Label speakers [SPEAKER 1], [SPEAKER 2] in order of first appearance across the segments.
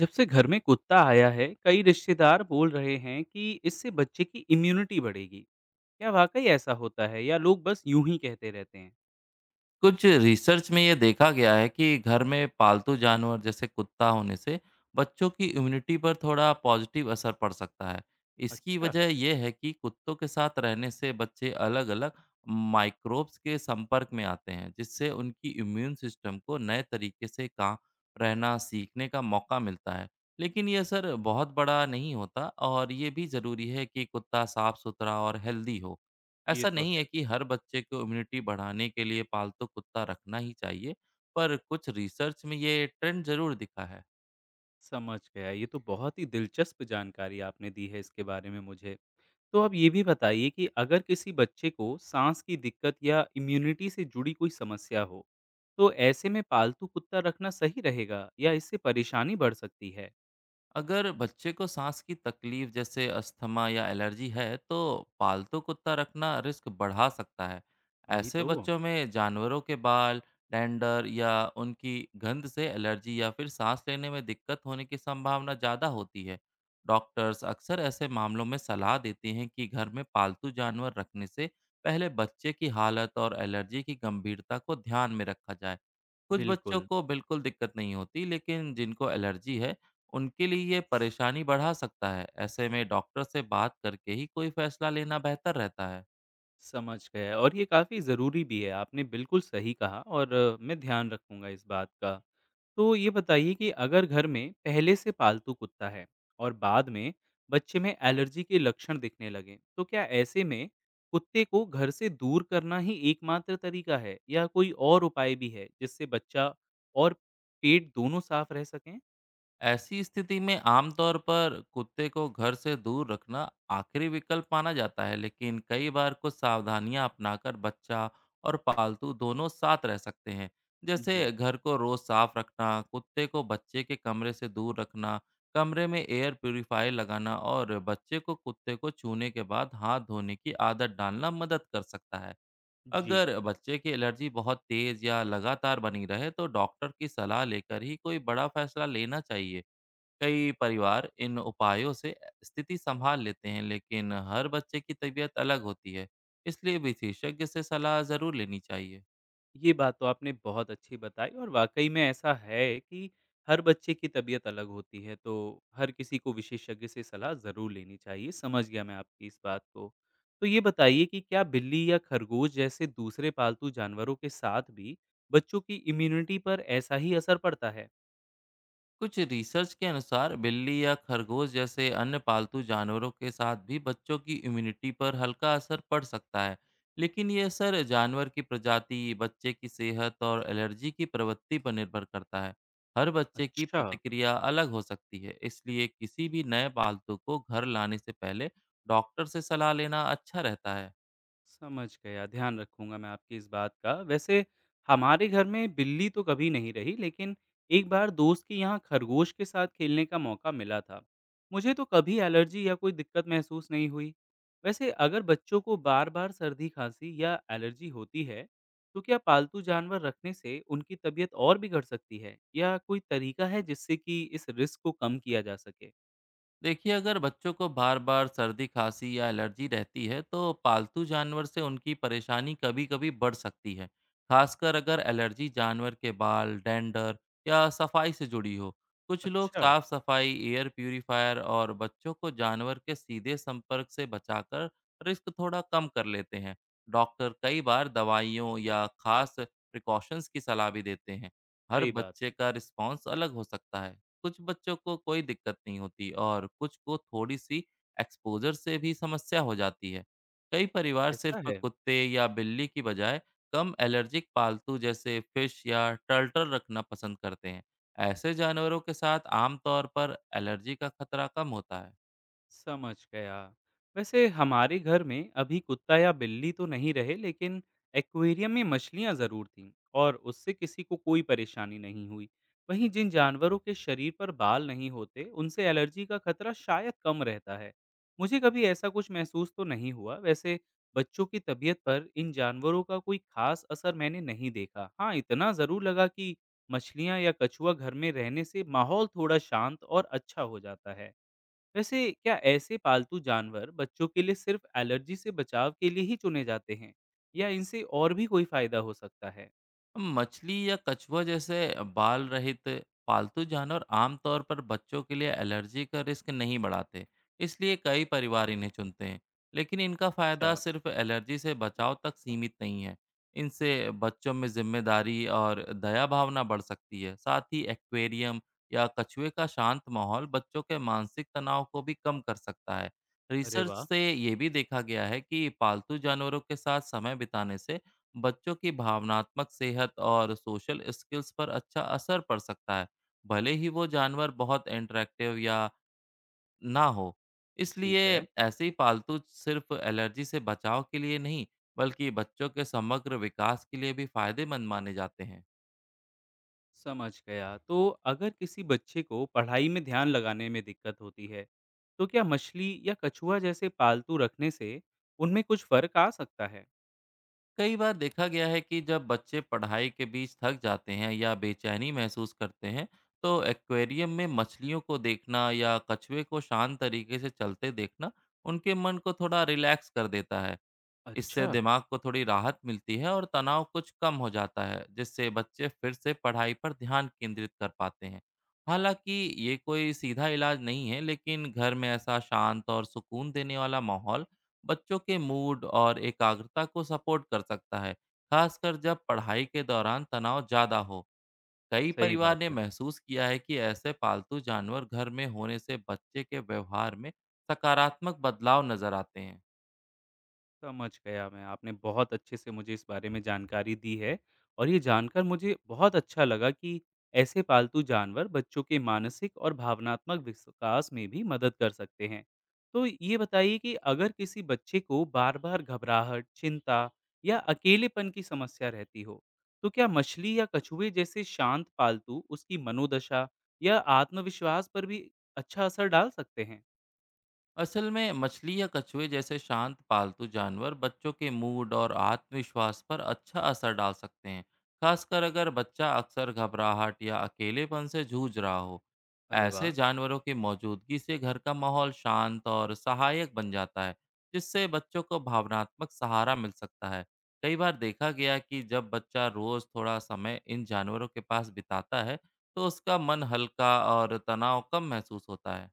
[SPEAKER 1] जब से घर में कुत्ता आया है। कई रिश्तेदार बोल रहे हैं कि इससे बच्चे की इम्यूनिटी बढ़ेगी। क्या वाकई ऐसा होता है या लोग बस यूं ही कहते रहते हैं?
[SPEAKER 2] कुछ रिसर्च में ये देखा गया है कि घर में पालतू जानवर जैसे कुत्ता होने से बच्चों की इम्यूनिटी पर थोड़ा पॉजिटिव असर पड़ सकता है। इसकी
[SPEAKER 1] अच्छा।
[SPEAKER 2] वजह यह है कि कुत्तों के साथ रहने से बच्चे अलग अलग माइक्रोब्स के संपर्क में आते हैं, जिससे उनकी इम्यून सिस्टम को नए तरीके से काम रहना सीखने का मौका मिलता है। लेकिन ये असर बहुत बड़ा नहीं होता और ये भी ज़रूरी है कि कुत्ता साफ सुथरा और हेल्दी हो।
[SPEAKER 1] ये
[SPEAKER 2] ऐसा
[SPEAKER 1] तो
[SPEAKER 2] नहीं
[SPEAKER 1] है।
[SPEAKER 2] है कि हर बच्चे को इम्यूनिटी बढ़ाने के लिए पालतू कुत्ता रखना ही चाहिए, पर कुछ रिसर्च में ये ट्रेंड ज़रूर दिखा है।
[SPEAKER 1] समझ गया। ये तो बहुत ही दिलचस्प जानकारी आपने दी है इसके बारे में मुझे। तो अब ये भी बताइए कि अगर किसी बच्चे को सांस की दिक्कत या इम्यूनिटी से जुड़ी कोई समस्या हो, तो ऐसे में पालतू कुत्ता रखना सही रहेगा या इससे परेशानी बढ़ सकती है?
[SPEAKER 2] अगर बच्चे को सांस की तकलीफ जैसे अस्थमा या एलर्जी है तो पालतू कुत्ता रखना रिस्क बढ़ा सकता है।
[SPEAKER 1] वही
[SPEAKER 2] ऐसे
[SPEAKER 1] तो।
[SPEAKER 2] बच्चों में जानवरों के बाल, डैंडर या उनकी गंध से एलर्जी या फिर सांस लेने में दिक्कत होने की संभावना ज़्यादा होती है। डॉक्टर्स अक्सर ऐसे मामलों में सलाह देते हैं कि घर में पालतू जानवर रखने से पहले बच्चे की हालत और एलर्जी की गंभीरता को ध्यान में रखा जाए। कुछ बच्चों
[SPEAKER 1] बिल्कुल।
[SPEAKER 2] को बिल्कुल दिक्कत नहीं होती, लेकिन जिनको एलर्जी है उनके लिए ये परेशानी बढ़ा सकता है। ऐसे में डॉक्टर से बात करके ही कोई फैसला लेना बेहतर रहता है।
[SPEAKER 1] समझ गया। और ये काफ़ी ज़रूरी भी है, आपने बिल्कुल सही कहा। और मैं ध्यान रखूँगा इस बात का। तो ये बताइए कि अगर घर में पहले से पालतू कुत्ता है और बाद में बच्चे में एलर्जी के लक्षण दिखने लगें, तो क्या ऐसे में कुत्ते को घर से दूर करना ही एकमात्र तरीका है या कोई और उपाय भी है, जिससे बच्चा और पेट दोनों साफ़ रह सकें?
[SPEAKER 2] ऐसी स्थिति में आमतौर पर कुत्ते को घर से दूर रखना आखिरी विकल्प माना जाता है, लेकिन कई बार कुछ सावधानियां अपनाकर बच्चा और पालतू दोनों साथ रह सकते हैं।
[SPEAKER 1] जी।
[SPEAKER 2] जैसे घर को रोज साफ रखना, कुत्ते को बच्चे के कमरे से दूर रखना, कमरे में एयर प्यूरीफायर लगाना और बच्चे को कुत्ते को छूने के बाद हाथ धोने की आदत डालना मदद कर सकता है।
[SPEAKER 1] जी।
[SPEAKER 2] अगर बच्चे की एलर्जी बहुत तेज या लगातार बनी रहे तो डॉक्टर की सलाह लेकर ही कोई बड़ा फैसला लेना चाहिए। कई परिवार इन उपायों से स्थिति संभाल लेते हैं, लेकिन हर बच्चे की तबीयत अलग होती है, इसलिए विशेषज्ञ से सलाह जरूर लेनी चाहिए।
[SPEAKER 1] ये बात तो आपने बहुत अच्छी बताई। और वाक़ई में ऐसा है कि हर बच्चे की तबीयत अलग होती है, तो हर किसी को विशेषज्ञ से सलाह ज़रूर लेनी चाहिए। समझ गया मैं आपकी इस बात को। तो ये बताइए कि क्या बिल्ली या खरगोश जैसे दूसरे पालतू जानवरों के साथ भी बच्चों की इम्यूनिटी पर ऐसा ही असर पड़ता है?
[SPEAKER 2] कुछ रिसर्च के अनुसार बिल्ली या खरगोश जैसे अन्य पालतू जानवरों के साथ भी बच्चों की इम्यूनिटी पर हल्का असर पड़ सकता है, लेकिन ये असर जानवर की प्रजाति, बच्चे की सेहत और एलर्जी की प्रवृत्ति पर निर्भर करता है। हर बच्चे की
[SPEAKER 1] अच्छा।
[SPEAKER 2] प्रतिक्रिया अलग हो सकती है, इसलिए किसी भी नए पालतू को घर लाने से पहले डॉक्टर से सलाह लेना अच्छा रहता है।
[SPEAKER 1] समझ गया, ध्यान रखूँगा मैं आपकी इस बात का। वैसे हमारे घर में बिल्ली तो कभी नहीं रही, लेकिन एक बार दोस्त के यहाँ खरगोश के साथ खेलने का मौका मिला था। मुझे तो कभी एलर्जी या कोई दिक्कत महसूस नहीं हुई। वैसे अगर बच्चों को बार-बार सर्दी, खाँसी या एलर्जी होती है, तो क्या पालतू जानवर रखने से उनकी तबीयत और बिगड़ सकती है? या कोई तरीका है जिससे कि इस रिस्क को कम किया जा सके?
[SPEAKER 2] देखिए, अगर बच्चों को बार बार सर्दी, खांसी या एलर्जी रहती है तो पालतू जानवर से उनकी परेशानी कभी कभी बढ़ सकती है, खासकर अगर एलर्जी जानवर के बाल, डेंडर या सफाई से जुड़ी हो। कुछ लोग
[SPEAKER 1] अच्छा।
[SPEAKER 2] साफ सफाई, एयर प्यूरिफायर और बच्चों को जानवर के सीधे संपर्क से बचाकर रिस्क थोड़ा कम कर लेते हैं। डॉक्टर कई बार दवाइयों या खास प्रिकॉशंस की सलाह भी देते हैं। हर
[SPEAKER 1] सही बात
[SPEAKER 2] बच्चे
[SPEAKER 1] है।
[SPEAKER 2] का रिस्पॉन्स अलग हो सकता है। कुछ बच्चों को कोई दिक्कत नहीं होती और कुछ को थोड़ी-सी एक्सपोज़र से भी समस्या हो जाती है। कई परिवार
[SPEAKER 1] ऐसा
[SPEAKER 2] सिर्फ़
[SPEAKER 1] है।
[SPEAKER 2] कुत्ते या बिल्ली की बजाय कम एलर्जिक पालतू जैसे फ़िश या टर्टल रखना पसंद करते हैं। ऐसे जानवरों के साथ आमतौर पर एलर्जी का खतरा कम होता है।
[SPEAKER 1] समझ गया। वैसे हमारे घर में अभी कुत्ता या बिल्ली तो नहीं रहे, लेकिन एक्वेरियम में मछलियां जरूर थीं और उससे किसी को कोई परेशानी नहीं हुई। वहीं जिन जानवरों के शरीर पर बाल नहीं होते उनसे एलर्जी का खतरा शायद कम रहता है। मुझे कभी ऐसा कुछ महसूस तो नहीं हुआ। वैसे बच्चों की तबीयत पर इन जानवरों का कोई खास असर मैंने नहीं देखा। हाँ, इतना ज़रूर लगा कि मछलियां या कछुआ घर में रहने से माहौल थोड़ा शांत और अच्छा हो जाता है। वैसे क्या ऐसे पालतू जानवर बच्चों के लिए सिर्फ एलर्जी से बचाव के लिए ही चुने जाते हैं या इनसे और भी कोई फायदा हो सकता है?
[SPEAKER 2] मछली या कछुआ जैसे बाल रहित पालतू जानवर आमतौर पर बच्चों के लिए एलर्जी का रिस्क नहीं बढ़ाते, इसलिए कई परिवार इन्हें चुनते हैं। लेकिन इनका
[SPEAKER 1] अच्छा।
[SPEAKER 2] फायदा सिर्फ एलर्जी से बचाव तक सीमित नहीं है। इनसे बच्चों में जिम्मेदारी और दया भावना बढ़ सकती है। साथ ही एक्वेरियम या कछुए का शांत माहौल बच्चों के मानसिक तनाव को भी कम कर सकता है।
[SPEAKER 1] अरे
[SPEAKER 2] रिसर्च
[SPEAKER 1] वाह!
[SPEAKER 2] से ये भी देखा गया है कि पालतू जानवरों के साथ समय बिताने से बच्चों की भावनात्मक सेहत और सोशल स्किल्स पर अच्छा असर पड़ सकता है, भले ही वो जानवर बहुत इंटरेक्टिव या ना हो।
[SPEAKER 1] ठीक
[SPEAKER 2] इसलिए
[SPEAKER 1] है।
[SPEAKER 2] ऐसे ही पालतू सिर्फ एलर्जी से बचाव के लिए नहीं, बल्कि बच्चों के समग्र विकास के लिए भी फायदेमंद माने जाते हैं।
[SPEAKER 1] समझ गया। तो अगर किसी बच्चे को पढ़ाई में ध्यान लगाने में दिक्कत होती है, तो क्या मछली या कछुआ जैसे पालतू रखने से उनमें कुछ फर्क आ सकता है?
[SPEAKER 2] कई बार देखा गया है कि जब बच्चे पढ़ाई के बीच थक जाते हैं या बेचैनी महसूस करते हैं, तो एक्वेरियम में मछलियों को देखना या कछुए को शांत तरीके से चलते देखना उनके मन को थोड़ा रिलैक्स कर देता है। इससे
[SPEAKER 1] अच्छा।
[SPEAKER 2] दिमाग को थोड़ी राहत मिलती है और तनाव कुछ कम हो जाता है, जिससे बच्चे फिर से पढ़ाई पर ध्यान केंद्रित कर पाते हैं। हालांकि ये कोई सीधा इलाज नहीं है, लेकिन घर में ऐसा शांत और सुकून देने वाला माहौल बच्चों के मूड और एकाग्रता को सपोर्ट कर सकता है, खासकर जब पढ़ाई के दौरान तनाव ज़्यादा हो। कई
[SPEAKER 1] सही
[SPEAKER 2] परिवार
[SPEAKER 1] बात
[SPEAKER 2] ने
[SPEAKER 1] है।
[SPEAKER 2] महसूस किया है कि ऐसे पालतू जानवर घर में होने से बच्चे के व्यवहार में सकारात्मक बदलाव नजर आते हैं।
[SPEAKER 1] समझ गया मैं। आपने बहुत अच्छे से मुझे इस बारे में जानकारी दी है और ये जानकर मुझे बहुत अच्छा लगा कि ऐसे पालतू जानवर बच्चों के मानसिक और भावनात्मक विकास में भी मदद कर सकते हैं। तो ये बताइए कि अगर किसी बच्चे को बार-बार घबराहट, चिंता या अकेलेपन की समस्या रहती हो, तो क्या मछली या कछुए जैसे शांत पालतू उसकी मनोदशा या आत्मविश्वास पर भी अच्छा असर डाल सकते हैं?
[SPEAKER 2] असल में मछली या कछुए जैसे शांत पालतू जानवर बच्चों के मूड और आत्मविश्वास पर अच्छा असर डाल सकते हैं, खासकर अगर बच्चा अक्सर घबराहट या अकेलेपन से जूझ रहा हो।
[SPEAKER 1] अरे
[SPEAKER 2] ऐसे
[SPEAKER 1] वाह!
[SPEAKER 2] जानवरों की मौजूदगी से घर का माहौल शांत और सहायक बन जाता है, जिससे बच्चों को भावनात्मक सहारा मिल सकता है। कई बार देखा गया कि जब बच्चा रोज थोड़ा समय इन जानवरों के पास बिताता है, तो उसका मन हल्का और तनाव कम महसूस होता है।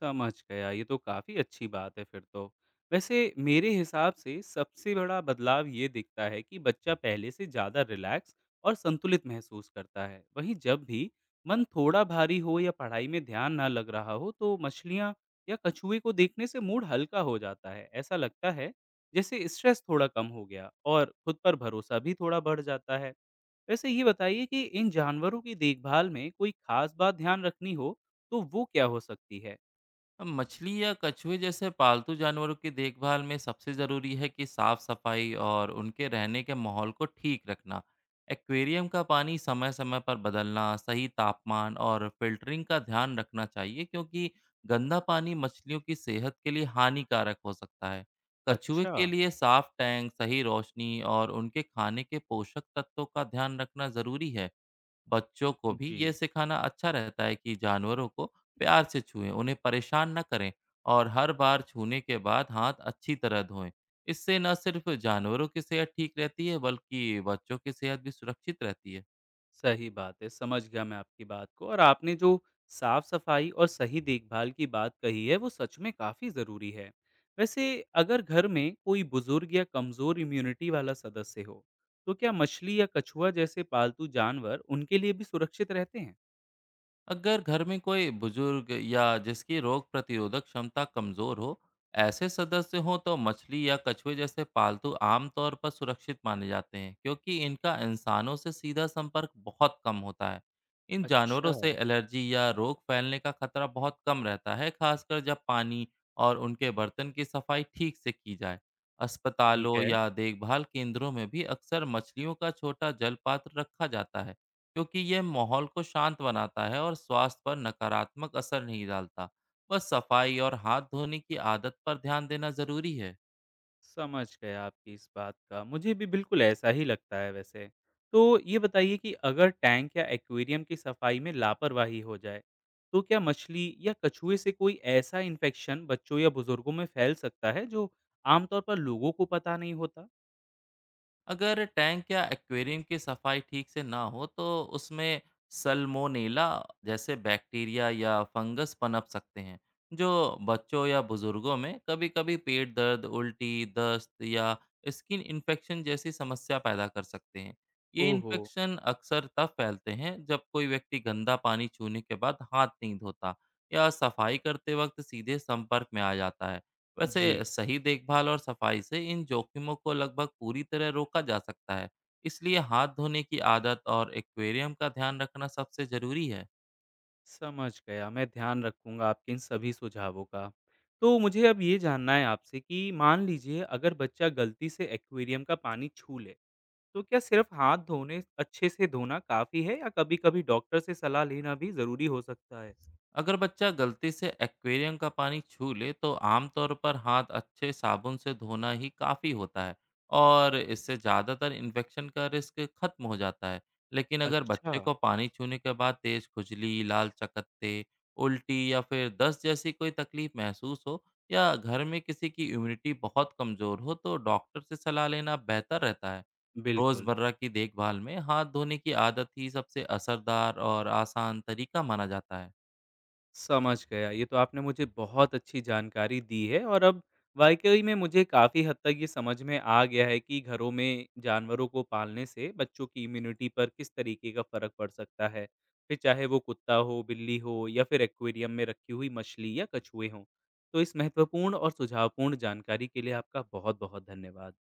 [SPEAKER 1] समझ गया। ये तो काफ़ी अच्छी बात है फिर तो। वैसे मेरे हिसाब से सबसे बड़ा बदलाव ये दिखता है कि बच्चा पहले से ज़्यादा रिलैक्स और संतुलित महसूस करता है। वहीं जब भी मन थोड़ा भारी हो या पढ़ाई में ध्यान ना लग रहा हो तो मछलियाँ या कछुए को देखने से मूड हल्का हो जाता है। ऐसा लगता है जैसे स्ट्रेस थोड़ा कम हो गया और खुद पर भरोसा भी थोड़ा बढ़ जाता है। वैसे ये बताइए कि इन जानवरों की देखभाल में कोई खास बात ध्यान रखनी हो तो वो क्या हो सकती है?
[SPEAKER 2] अब मछली या कछुए जैसे पालतू जानवरों की देखभाल में सबसे ज़रूरी है कि साफ सफाई और उनके रहने के माहौल को ठीक रखना। एक्वेरियम का पानी समय समय पर बदलना, सही तापमान और फिल्टरिंग का ध्यान रखना चाहिए, क्योंकि गंदा पानी मछलियों की सेहत के लिए हानिकारक हो सकता है। कछुए
[SPEAKER 1] अच्छा।
[SPEAKER 2] के लिए साफ टैंक, सही रोशनी और उनके खाने के पोषक तत्वों का ध्यान रखना ज़रूरी है। बच्चों को भी ये
[SPEAKER 1] जी।
[SPEAKER 2] सिखाना अच्छा रहता है कि जानवरों को प्यार से छुएं, उन्हें परेशान न करें और हर बार छूने के बाद हाथ अच्छी तरह धोएं। इससे न सिर्फ जानवरों की सेहत ठीक रहती है, बल्कि बच्चों की सेहत भी सुरक्षित रहती है।
[SPEAKER 1] सही बात है, समझ गया मैं आपकी बात को। और आपने जो साफ-सफाई और सही देखभाल की बात कही है, वो सच में काफ़ी ज़रूरी है। वैसे अगर घर में कोई बुज़ुर्ग या कमज़ोर इम्यूनिटी वाला सदस्य हो, तो क्या मछली या कछुआ जैसे पालतू जानवर उनके लिए भी सुरक्षित रहते हैं?
[SPEAKER 2] अगर घर में कोई बुजुर्ग या जिसकी रोग प्रतिरोधक क्षमता कमजोर हो, ऐसे सदस्य हों तो मछली या कछुए जैसे पालतू आमतौर पर सुरक्षित माने जाते हैं, क्योंकि इनका इंसानों से सीधा संपर्क बहुत कम होता है। इन
[SPEAKER 1] अच्छा।
[SPEAKER 2] जानवरों से एलर्जी या रोग फैलने का खतरा बहुत कम रहता है, खासकर जब पानी और उनके बर्तन की सफाई ठीक से की जाए।
[SPEAKER 1] ठीक
[SPEAKER 2] अस्पतालों
[SPEAKER 1] है।
[SPEAKER 2] या देखभाल केंद्रों में भी अक्सर मछलियों का छोटा जल पात्र रखा जाता है, क्योंकि यह माहौल को शांत बनाता है और स्वास्थ्य पर नकारात्मक असर नहीं डालता। बस सफाई और हाथ धोने की आदत पर ध्यान देना ज़रूरी है।
[SPEAKER 1] समझ गया आपकी इस बात का। मुझे भी बिल्कुल ऐसा ही लगता है वैसे। तो ये बताइए कि अगर टैंक या एक्वेरियम की सफाई में लापरवाही हो जाए, तो क्या मछली या कछुए से कोई ऐसा इन्फेक्शन बच्चों या बुजुर्गों में फैल सकता है जो आमतौर पर लोगों को पता नहीं होता?
[SPEAKER 2] अगर टैंक या एक्वेरियम की सफाई ठीक से ना हो तो उसमें सल्मोनेला जैसे बैक्टीरिया या फंगस पनप सकते हैं, जो बच्चों या बुजुर्गों में कभी-कभी पेट दर्द, उल्टी, दस्त या स्किन इन्फेक्शन जैसी समस्या पैदा कर सकते हैं। ये
[SPEAKER 1] ओहो!
[SPEAKER 2] इन्फेक्शन अक्सर तब फैलते हैं जब कोई व्यक्ति गंदा पानी छूने के बाद हाथ नहीं धोता या सफाई करते वक्त सीधे संपर्क में आ जाता है। वैसे
[SPEAKER 1] जी।
[SPEAKER 2] सही देखभाल और सफाई से इन जोखिमों को लगभग पूरी तरह रोका जा सकता है, इसलिए हाथ धोने की आदत और एक्वेरियम का ध्यान रखना सबसे जरूरी है।
[SPEAKER 1] समझ गया। मैं ध्यान रखूँगा आपके इन सभी सुझावों का। तो मुझे अब ये जानना है आपसे कि मान लीजिए अगर बच्चा गलती से एक्वेरियम का पानी छू ले, तो क्या सिर्फ हाथ धोने अच्छे से धोना काफ़ी है या कभी-कभी डॉक्टर से सलाह लेना भी ज़रूरी हो सकता है?
[SPEAKER 2] अगर बच्चा गलती से एक्वेरियम का पानी छू ले तो आमतौर पर हाथ अच्छे साबुन से धोना ही काफ़ी होता है और इससे ज़्यादातर इन्फेक्शन का रिस्क खत्म हो जाता है। लेकिन अगर
[SPEAKER 1] अच्छा।
[SPEAKER 2] बच्चे को पानी छूने के बाद तेज़ खुजली, लाल चकत्ते, उल्टी या फिर दस्त जैसी कोई तकलीफ महसूस हो या घर में किसी की इम्यूनिटी बहुत कमज़ोर हो, तो डॉक्टर से सलाह लेना बेहतर रहता है।
[SPEAKER 1] बिल्कुल।
[SPEAKER 2] रोज़मर्रा की देखभाल में हाथ धोने की आदत ही सबसे असरदार और आसान तरीका माना जाता है।
[SPEAKER 1] समझ गया। ये तो आपने मुझे बहुत अच्छी जानकारी दी है और अब वाक़ई में मुझे काफ़ी हद तक ये समझ में आ गया है कि घरों में जानवरों को पालने से बच्चों की इम्यूनिटी पर किस तरीके का फ़र्क पड़ सकता है। फिर चाहे वो कुत्ता हो, बिल्ली हो या फिर एक्वेरियम में रखी हुई मछली या कछुए हों। तो इस महत्वपूर्ण और सुझावपूर्ण जानकारी के लिए आपका बहुत-बहुत धन्यवाद।